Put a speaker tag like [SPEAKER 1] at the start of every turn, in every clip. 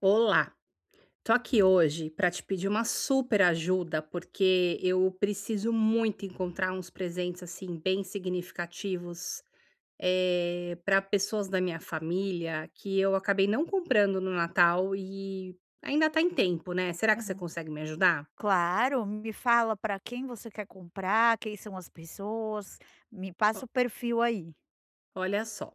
[SPEAKER 1] Olá, tô aqui hoje para te pedir uma super ajuda, porque eu preciso muito encontrar uns presentes assim bem significativos para pessoas da minha família que eu acabei não comprando no Natal e ainda tá em tempo, né? Será que você
[SPEAKER 2] Aham.
[SPEAKER 1] consegue me ajudar?
[SPEAKER 2] Claro, me fala para quem você quer comprar, quem são as pessoas, me
[SPEAKER 1] Ó,
[SPEAKER 2] passa o perfil aí.
[SPEAKER 1] olha só,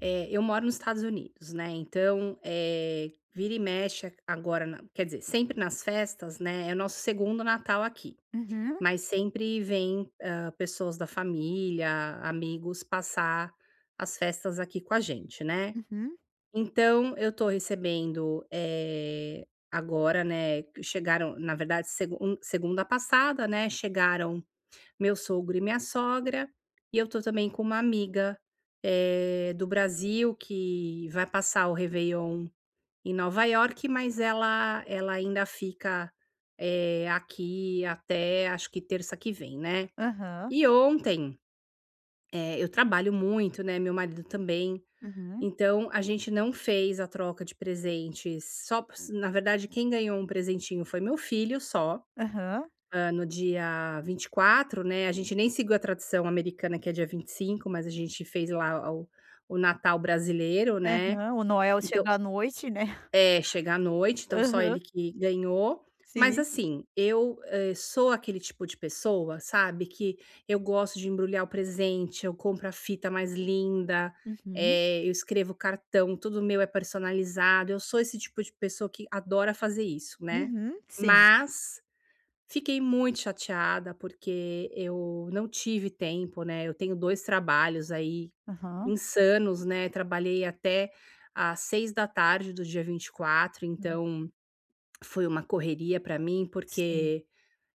[SPEAKER 1] eu moro nos Estados Unidos, né? Então, vira e mexe agora, quer dizer, sempre nas festas, né? É o nosso segundo Natal aqui.
[SPEAKER 2] Uhum,
[SPEAKER 1] Mas sempre vem, pessoas da família, amigos, passar as festas aqui com a gente, né.
[SPEAKER 2] uhum,
[SPEAKER 1] Então eu tô recebendo, agora, né, que chegaram na verdade segunda passada, né, chegaram meu sogro e minha sogra, e eu tô também com uma amiga, do Brasil que vai passar o réveillon em Nova York, mas ela ainda fica, aqui até acho que terça que vem, né.
[SPEAKER 2] aham,
[SPEAKER 1] E ontem, eu trabalho muito, né, meu marido também,
[SPEAKER 2] uhum,
[SPEAKER 1] então a gente não fez a troca de presentes, só na verdade quem ganhou um presentinho foi meu filho só,
[SPEAKER 2] aham.
[SPEAKER 1] no dia 24, né, a gente nem seguiu a tradição americana que é dia 25, mas a gente fez lá o Natal brasileiro, né.
[SPEAKER 2] Aham, o Noel
[SPEAKER 1] Então
[SPEAKER 2] chega à noite, né.
[SPEAKER 1] é, chega à noite, então só ele
[SPEAKER 2] Aham,
[SPEAKER 1] que ganhou. Mas
[SPEAKER 2] sim.
[SPEAKER 1] assim, eu, sou aquele tipo de pessoa, sabe, que eu gosto de embrulhar o presente, eu compro a fita mais linda,
[SPEAKER 2] Uhum,
[SPEAKER 1] eu escrevo cartão, tudo meu é personalizado, eu sou esse tipo de pessoa que adora fazer isso, né.
[SPEAKER 2] uhum, sim.
[SPEAKER 1] Mas fiquei muito chateada, porque eu não tive tempo, né, eu tenho 2 trabalhos aí
[SPEAKER 2] Aham.
[SPEAKER 1] insanos, né, trabalhei até às 6 da tarde do dia 24,
[SPEAKER 2] Hum.
[SPEAKER 1] então foi uma correria para mim,
[SPEAKER 2] Sim.
[SPEAKER 1] porque,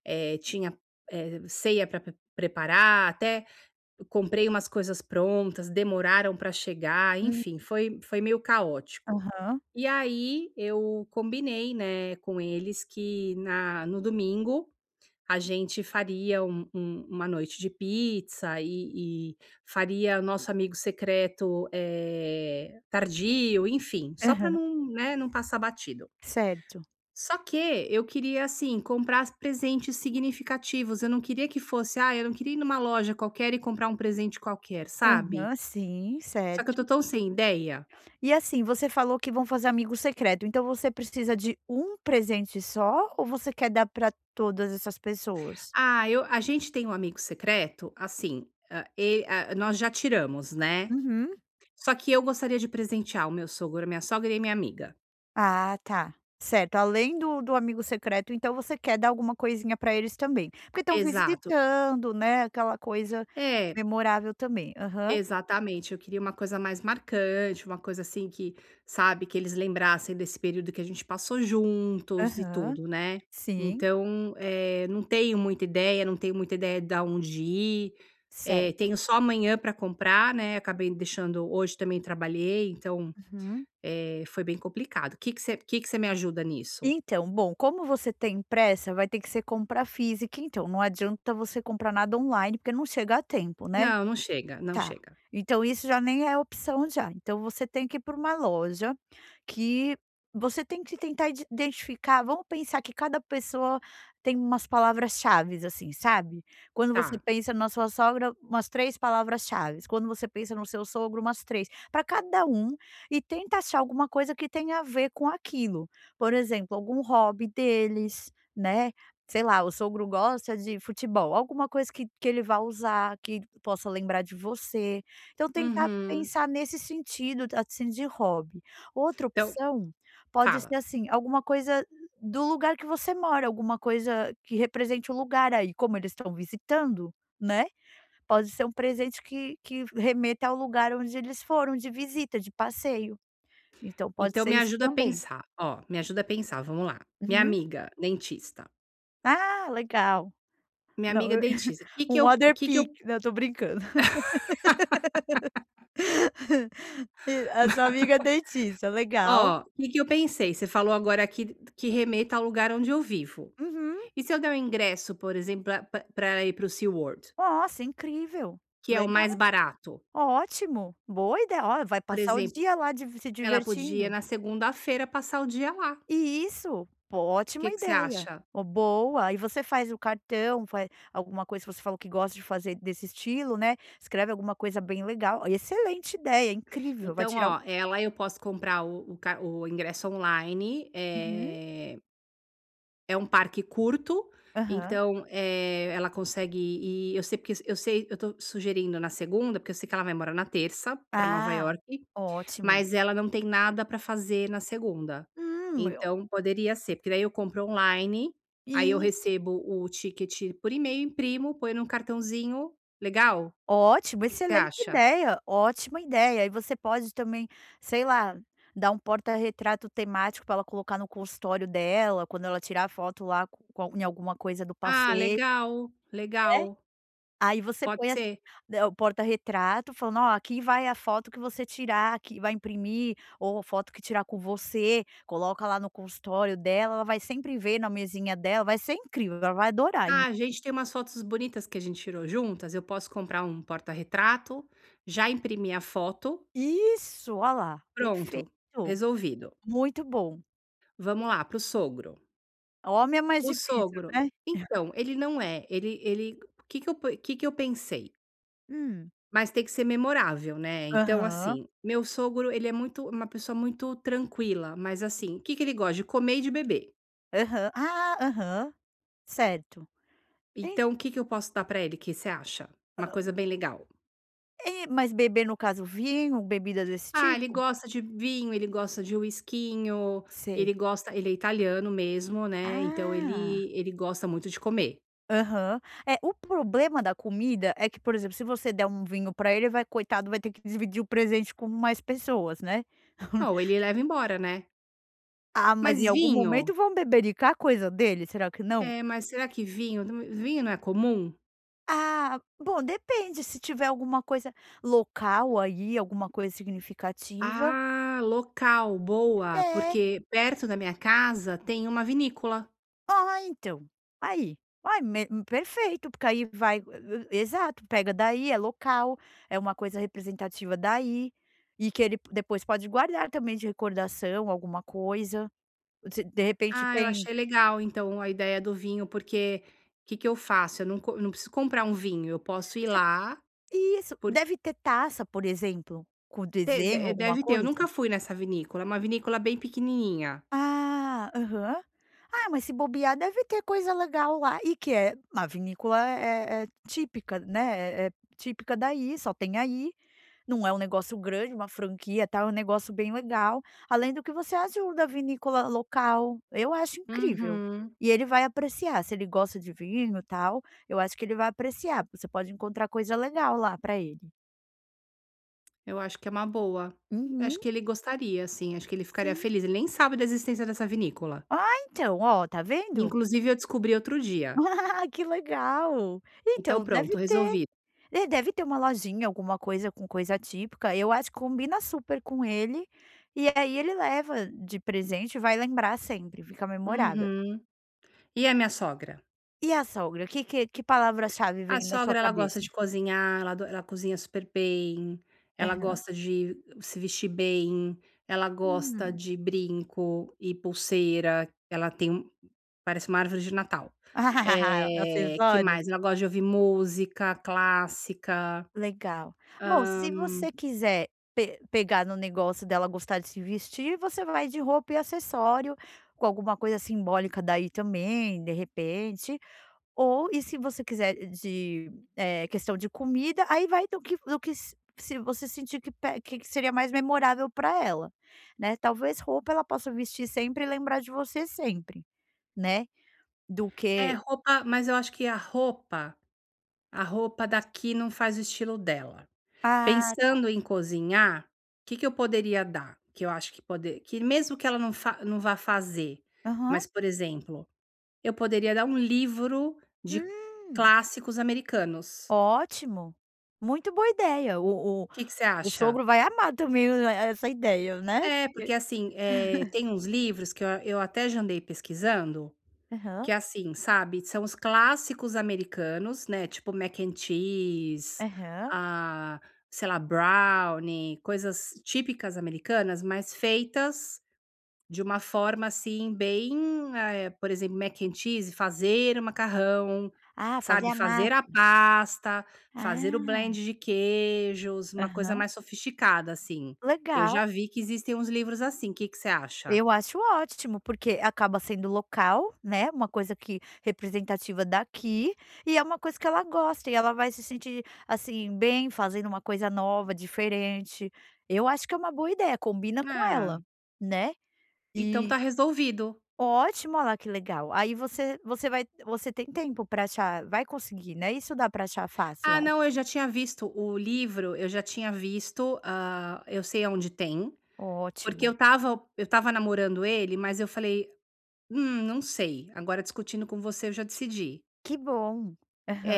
[SPEAKER 1] tinha, ceia para preparar, até comprei umas coisas prontas, demoraram para chegar,
[SPEAKER 2] Hum.
[SPEAKER 1] enfim, foi meio caótico.
[SPEAKER 2] Aham,
[SPEAKER 1] E aí eu combinei, né, com eles que na no domingo a gente faria uma noite de pizza e faria nosso amigo secreto, tardio, enfim, só para
[SPEAKER 2] aham,
[SPEAKER 1] não, né, não passar batido.
[SPEAKER 2] certo.
[SPEAKER 1] Só que eu queria, assim, comprar presentes significativos, eu não queria que fosse eu não queria ir numa loja qualquer e comprar um presente qualquer, sabe.
[SPEAKER 2] Aham, sim,
[SPEAKER 1] Só que eu tô
[SPEAKER 2] certo.
[SPEAKER 1] tão sem ideia.
[SPEAKER 2] E assim, você falou que vão fazer amigo secreto, então você precisa de um presente só ou você quer dar pra todas essas pessoas?
[SPEAKER 1] Ah, eu a gente tem um amigo secreto, assim, e nós já tiramos, né.
[SPEAKER 2] Uhum.
[SPEAKER 1] Só que eu gostaria de presentear o meu sogro, a minha sogra e a minha amiga.
[SPEAKER 2] Ah, tá. Certo, além do amigo secreto, então você quer dar alguma coisinha pra eles também, porque estão
[SPEAKER 1] Exato.
[SPEAKER 2] visitando, né, aquela coisa
[SPEAKER 1] É,
[SPEAKER 2] memorável também. Aham,
[SPEAKER 1] exatamente. Eu queria uma coisa mais marcante, uma coisa assim que, sabe, que eles lembrassem desse período que a gente passou juntos e
[SPEAKER 2] aham,
[SPEAKER 1] tudo, né.
[SPEAKER 2] sim,
[SPEAKER 1] Então, não tenho muita ideia, não tenho muita ideia de onde ir,
[SPEAKER 2] certo.
[SPEAKER 1] tenho só amanhã para comprar, né, acabei deixando hoje também trabalhei, então,
[SPEAKER 2] Uhum.
[SPEAKER 1] foi bem complicado. O Que que você Que você me ajuda nisso?
[SPEAKER 2] Então, bom, como você tem pressa, vai ter que ser compra física então, não adianta você comprar nada online, porque não chega a tempo, né?
[SPEAKER 1] Não, não chega, não
[SPEAKER 2] Tá.
[SPEAKER 1] chega.
[SPEAKER 2] Então isso já nem é opção já, então você tem que ir para uma loja que você tem que tentar identificar, vamos pensar que cada pessoa tem umas palavras-chaves, assim, sabe. Quando você
[SPEAKER 1] Tá.
[SPEAKER 2] pensa na sua sogra, umas 3 palavras-chaves, quando você pensa no seu sogro, umas 3. Para cada um, e tenta achar alguma coisa que tenha a ver com aquilo. Por exemplo, algum hobby deles, né. Sei lá, o sogro gosta de futebol, alguma coisa que ele vá usar, que possa lembrar de você. Então tentar
[SPEAKER 1] Uhum.
[SPEAKER 2] pensar nesse sentido, assim, de hobby. Outra
[SPEAKER 1] Então
[SPEAKER 2] opção pode
[SPEAKER 1] fala.
[SPEAKER 2] ser, assim, alguma coisa do lugar que você mora, alguma coisa que represente o lugar aí, como eles estão visitando, né, pode ser um presente que remeta ao lugar onde eles foram de visita, de passeio. Então pode
[SPEAKER 1] Então
[SPEAKER 2] ser
[SPEAKER 1] me
[SPEAKER 2] isso
[SPEAKER 1] ajuda a
[SPEAKER 2] também.
[SPEAKER 1] pensar, ó, me ajuda a pensar, vamos lá. Minha
[SPEAKER 2] Uhum.
[SPEAKER 1] amiga dentista,
[SPEAKER 2] Ah, legal.
[SPEAKER 1] minha
[SPEAKER 2] Não,
[SPEAKER 1] amiga
[SPEAKER 2] eu
[SPEAKER 1] dentista,
[SPEAKER 2] um Other
[SPEAKER 1] que
[SPEAKER 2] Pic
[SPEAKER 1] eu
[SPEAKER 2] não, tô brincando. E a sua amiga é dentista, legal.
[SPEAKER 1] ó, que eu pensei? Você falou agora aqui que remeta ao lugar onde eu vivo.
[SPEAKER 2] Uhum.
[SPEAKER 1] E se eu der um ingresso, por exemplo, pra ela ir para o SeaWorld,
[SPEAKER 2] Nossa, incrível.
[SPEAKER 1] que é o mais
[SPEAKER 2] Legal,
[SPEAKER 1] barato,
[SPEAKER 2] ótimo, boa ideia. Ó, vai
[SPEAKER 1] por
[SPEAKER 2] passar o
[SPEAKER 1] exemplo,
[SPEAKER 2] dia lá de se
[SPEAKER 1] ela podia
[SPEAKER 2] divertindo.
[SPEAKER 1] na segunda-feira passar o dia lá.
[SPEAKER 2] E Isso, pô,
[SPEAKER 1] O Que
[SPEAKER 2] ótima
[SPEAKER 1] que você
[SPEAKER 2] ideia.
[SPEAKER 1] acha?
[SPEAKER 2] Ó, boa. E você faz o cartão, faz alguma coisa que você falou que gosta de fazer desse estilo, né, escreve alguma coisa bem legal. Excelente ideia, incrível, vai
[SPEAKER 1] Então,
[SPEAKER 2] tirar o
[SPEAKER 1] ó, ela eu posso comprar o ingresso online.
[SPEAKER 2] Uhum.
[SPEAKER 1] É um parque curto,
[SPEAKER 2] Aham.
[SPEAKER 1] então, ela consegue ir, eu sei, porque eu sei eu estou sugerindo na segunda, porque eu sei que ela vai embora na terça para Nova
[SPEAKER 2] Ah,
[SPEAKER 1] York,
[SPEAKER 2] ótimo.
[SPEAKER 1] mas ela não tem nada para fazer na segunda.
[SPEAKER 2] Eu
[SPEAKER 1] Então, poderia ser, porque daí eu compro online, aí eu
[SPEAKER 2] Isso.
[SPEAKER 1] recebo o ticket por e-mail, imprimo, ponho num cartãozinho. Legal? O
[SPEAKER 2] Ótimo,
[SPEAKER 1] Que que você
[SPEAKER 2] excelente
[SPEAKER 1] acha?
[SPEAKER 2] ideia, ótima ideia. E você pode também, sei lá, dar um porta-retrato temático para ela colocar no consultório dela, quando ela tirar foto lá co com em alguma coisa do
[SPEAKER 1] "Ah,
[SPEAKER 2] passeio,
[SPEAKER 1] legal,
[SPEAKER 2] né.
[SPEAKER 1] legal.
[SPEAKER 2] Aí você
[SPEAKER 1] Pode
[SPEAKER 2] põe assim,
[SPEAKER 1] ser."
[SPEAKER 2] né, o porta-retrato falando: "Ó, aqui vai a foto que você tirar, aqui vai imprimir, ou a foto que tirar com você", coloca lá no consultório dela, ela vai sempre ver na mesinha dela, vai ser incrível, ela vai adorar.
[SPEAKER 1] Ah, a gente tem umas fotos bonitas que a gente tirou juntas, eu posso comprar um porta-retrato, já imprimir a foto,
[SPEAKER 2] Isso, olha lá, perfeito,
[SPEAKER 1] pronto, resolvido.
[SPEAKER 2] muito bom.
[SPEAKER 1] Vamos lá, para o sogro.
[SPEAKER 2] Homem é mais
[SPEAKER 1] O
[SPEAKER 2] difícil,
[SPEAKER 1] sogro
[SPEAKER 2] né?
[SPEAKER 1] então, ele não é, ele, o que que eu pensei?
[SPEAKER 2] Hum.
[SPEAKER 1] Mas tem que ser memorável, né, então
[SPEAKER 2] Aham,
[SPEAKER 1] assim, meu sogro ele é muito uma pessoa muito tranquila, mas assim, o que que ele gosta de comer e de beber.
[SPEAKER 2] aham. Ah, aham, certo. En
[SPEAKER 1] Então o que que eu posso dar pra ele, que você acha? Uma coisa bem legal.
[SPEAKER 2] E mas beber no caso vinho, bebida desse
[SPEAKER 1] Ah, ele
[SPEAKER 2] tipo?
[SPEAKER 1] gosta de vinho, ele gosta de whiskinho, e
[SPEAKER 2] Sei.
[SPEAKER 1] ele é italiano mesmo, né, então
[SPEAKER 2] Ah,
[SPEAKER 1] ele gosta muito de comer.
[SPEAKER 2] aham. É, o problema da comida é que, por exemplo, se você der um vinho pra ele, vai, coitado, vai ter que dividir o presente com mais pessoas, né.
[SPEAKER 1] Ou ele leva embora, né.
[SPEAKER 2] Ah, mas em
[SPEAKER 1] Mas
[SPEAKER 2] algum
[SPEAKER 1] vinho
[SPEAKER 2] momento vão bebericar a coisa dele, será que não?
[SPEAKER 1] mas será que vinho não é comum?
[SPEAKER 2] Ah, bom, depende, se tiver alguma coisa local aí, alguma coisa significativa.
[SPEAKER 1] Ah, local, boa,
[SPEAKER 2] É.
[SPEAKER 1] porque perto da minha casa tem uma vinícola.
[SPEAKER 2] Ó, então. Aí. Ai, perfeito, porque aí vai exato, pega daí, é local, é uma coisa representativa daí, e que ele depois pode guardar também de recordação, alguma coisa. Se de repente
[SPEAKER 1] Ah, eu
[SPEAKER 2] tem,
[SPEAKER 1] achei legal então a ideia do vinho, porque o que que eu faço? Eu não preciso comprar um vinho, eu posso ir
[SPEAKER 2] você
[SPEAKER 1] lá.
[SPEAKER 2] isso.
[SPEAKER 1] Por
[SPEAKER 2] Deve ter taça, por exemplo, com
[SPEAKER 1] Te de
[SPEAKER 2] desenho, alguma
[SPEAKER 1] Deve ter, eu
[SPEAKER 2] coisa?
[SPEAKER 1] nunca fui nessa vinícola, é uma vinícola bem pequenininha.
[SPEAKER 2] Ah, aham. Ah, mas se bobear deve ter coisa legal lá, e que é, a vinícola é típica, né, é típica daí, só tem aí. Não é um negócio grande, uma franquia, tá? É um negócio bem legal, além do que você ajuda a vinícola local, eu acho incrível.
[SPEAKER 1] Uhum.
[SPEAKER 2] E ele vai apreciar, se ele gosta de vinho, e tal, eu acho que ele vai apreciar, você pode encontrar coisa legal lá para ele.
[SPEAKER 1] Eu acho que é uma boa. Acho
[SPEAKER 2] Uhum,
[SPEAKER 1] que ele gostaria, assim, acho que ele ficaria
[SPEAKER 2] sim.
[SPEAKER 1] feliz, ele nem sabe da existência dessa vinícola.
[SPEAKER 2] Ah, então, ó, tá vendo?
[SPEAKER 1] Inclusive eu descobri outro dia.
[SPEAKER 2] Ah, que legal.
[SPEAKER 1] Então
[SPEAKER 2] Então,
[SPEAKER 1] pronto,
[SPEAKER 2] deve ter.
[SPEAKER 1] resolvido.
[SPEAKER 2] É, deve ter uma lojinha, alguma coisa com coisa típica, eu acho que combina super com ele, e aí ele leva de presente, vai lembrar sempre, fica memorável.
[SPEAKER 1] Uhum. E a minha sogra?
[SPEAKER 2] E a sogra? Que palavra-chave
[SPEAKER 1] A
[SPEAKER 2] vem na sua
[SPEAKER 1] sogra ela gosta
[SPEAKER 2] cabeça?
[SPEAKER 1] de cozinhar, ela cozinha super bem, ela gosta de se vestir bem, ela gosta
[SPEAKER 2] Hum.
[SPEAKER 1] de brinco e pulseira, ela tem um parece uma árvore de Natal. Que
[SPEAKER 2] Acessórios?
[SPEAKER 1] mais? Ela gosta de ouvir música clássica.
[SPEAKER 2] Legal. Bom, se você quiser pe pegar no negócio dela gostar de se vestir, você vai de roupa e acessório, com alguma coisa simbólica daí também, de repente. Ou, e se você quiser de, questão de comida, aí vai do que s se você sentir que seria mais memorável para ela, né. Talvez roupa ela possa vestir sempre e lembrar de você sempre, né, do
[SPEAKER 1] É
[SPEAKER 2] que
[SPEAKER 1] roupa, mas eu acho que a roupa daqui não faz o estilo dela.
[SPEAKER 2] ah,
[SPEAKER 1] Pensando em cozinhar, o que que eu poderia dar? Que eu acho que poder que mesmo que ela não vá fazer,
[SPEAKER 2] aham.
[SPEAKER 1] mas, por exemplo, eu poderia dar um livro de
[SPEAKER 2] Hum,
[SPEAKER 1] clássicos americanos.
[SPEAKER 2] ótimo. Muito boa ideia. O o
[SPEAKER 1] O Que que você
[SPEAKER 2] o
[SPEAKER 1] acha?
[SPEAKER 2] sogro vai amar também o essa ideia, né.
[SPEAKER 1] É,
[SPEAKER 2] E
[SPEAKER 1] porque assim, tem uns livros que eu até já andei pesquisando,
[SPEAKER 2] aham,
[SPEAKER 1] que assim, sabe, são os clássicos americanos, né, tipo mac and cheese,
[SPEAKER 2] aham.
[SPEAKER 1] ah, sei lá, brownie, coisas típicas americanas, mas feitas de uma forma, assim, bem, por exemplo, mac and cheese, fazer o macarrão,
[SPEAKER 2] Ah, fazer
[SPEAKER 1] sabe,
[SPEAKER 2] a
[SPEAKER 1] fazer
[SPEAKER 2] massa.
[SPEAKER 1] a pasta, fazer o
[SPEAKER 2] Ah,
[SPEAKER 1] blend de queijos, uma coisa
[SPEAKER 2] aham.
[SPEAKER 1] mais sofisticada, assim. Eu
[SPEAKER 2] Legal.
[SPEAKER 1] já vi que existem uns livros assim, que você acha?
[SPEAKER 2] Eu acho ótimo, porque acaba sendo local, né, uma coisa que representativa daqui, e é uma coisa que ela gosta, e ela vai se sentir, assim, bem fazendo uma coisa nova, diferente. Eu acho que é uma boa ideia, combina com
[SPEAKER 1] Ah,
[SPEAKER 2] ela, né.
[SPEAKER 1] então tá
[SPEAKER 2] E
[SPEAKER 1] resolvido.
[SPEAKER 2] Ótimo, olha lá que legal. Aí você você vai, você tem tempo para achar, vai conseguir, né, isso dá para achar fácil,
[SPEAKER 1] Ah,
[SPEAKER 2] ai,
[SPEAKER 1] não, eu já tinha visto o livro, eu já tinha visto, ah, eu sei aonde tem, porque
[SPEAKER 2] ótimo.
[SPEAKER 1] eu estava namorando ele, mas eu falei: não sei, agora discutindo com você eu já decidi".
[SPEAKER 2] Que bom.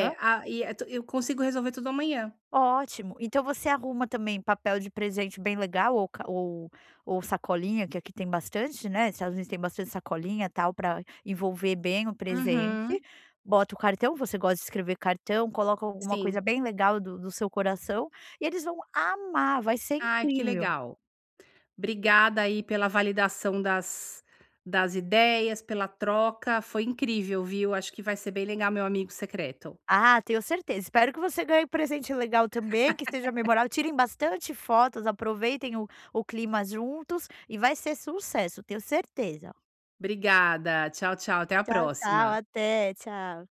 [SPEAKER 1] É, a e é tu eu consigo resolver tudo amanhã.
[SPEAKER 2] Ótimo. Então você arruma também papel de presente bem legal ou ca ou sacolinha, que aqui tem bastante, né, Estados Unidos tem bastante sacolinha, tal, para envolver bem o presente.
[SPEAKER 1] Uhum.
[SPEAKER 2] Bota o cartão, você gosta de escrever cartão, coloca alguma
[SPEAKER 1] Sim.
[SPEAKER 2] coisa bem legal do seu coração e eles vão amar, vai ser
[SPEAKER 1] Ai, que
[SPEAKER 2] incrível.
[SPEAKER 1] legal. Obrigada aí pela validação das ideias, pela troca, foi incrível, viu. Acho que vai ser bem legal, meu amigo secreto.
[SPEAKER 2] Ah, tenho certeza. Espero que você ganhe um presente legal também, que seja memorável. Tirem bastante fotos, aproveitem o clima juntos e vai ser sucesso, tenho certeza.
[SPEAKER 1] Obrigada. Tchau, tchau, até a
[SPEAKER 2] Tchau, tchau,
[SPEAKER 1] próxima.
[SPEAKER 2] até, tchau.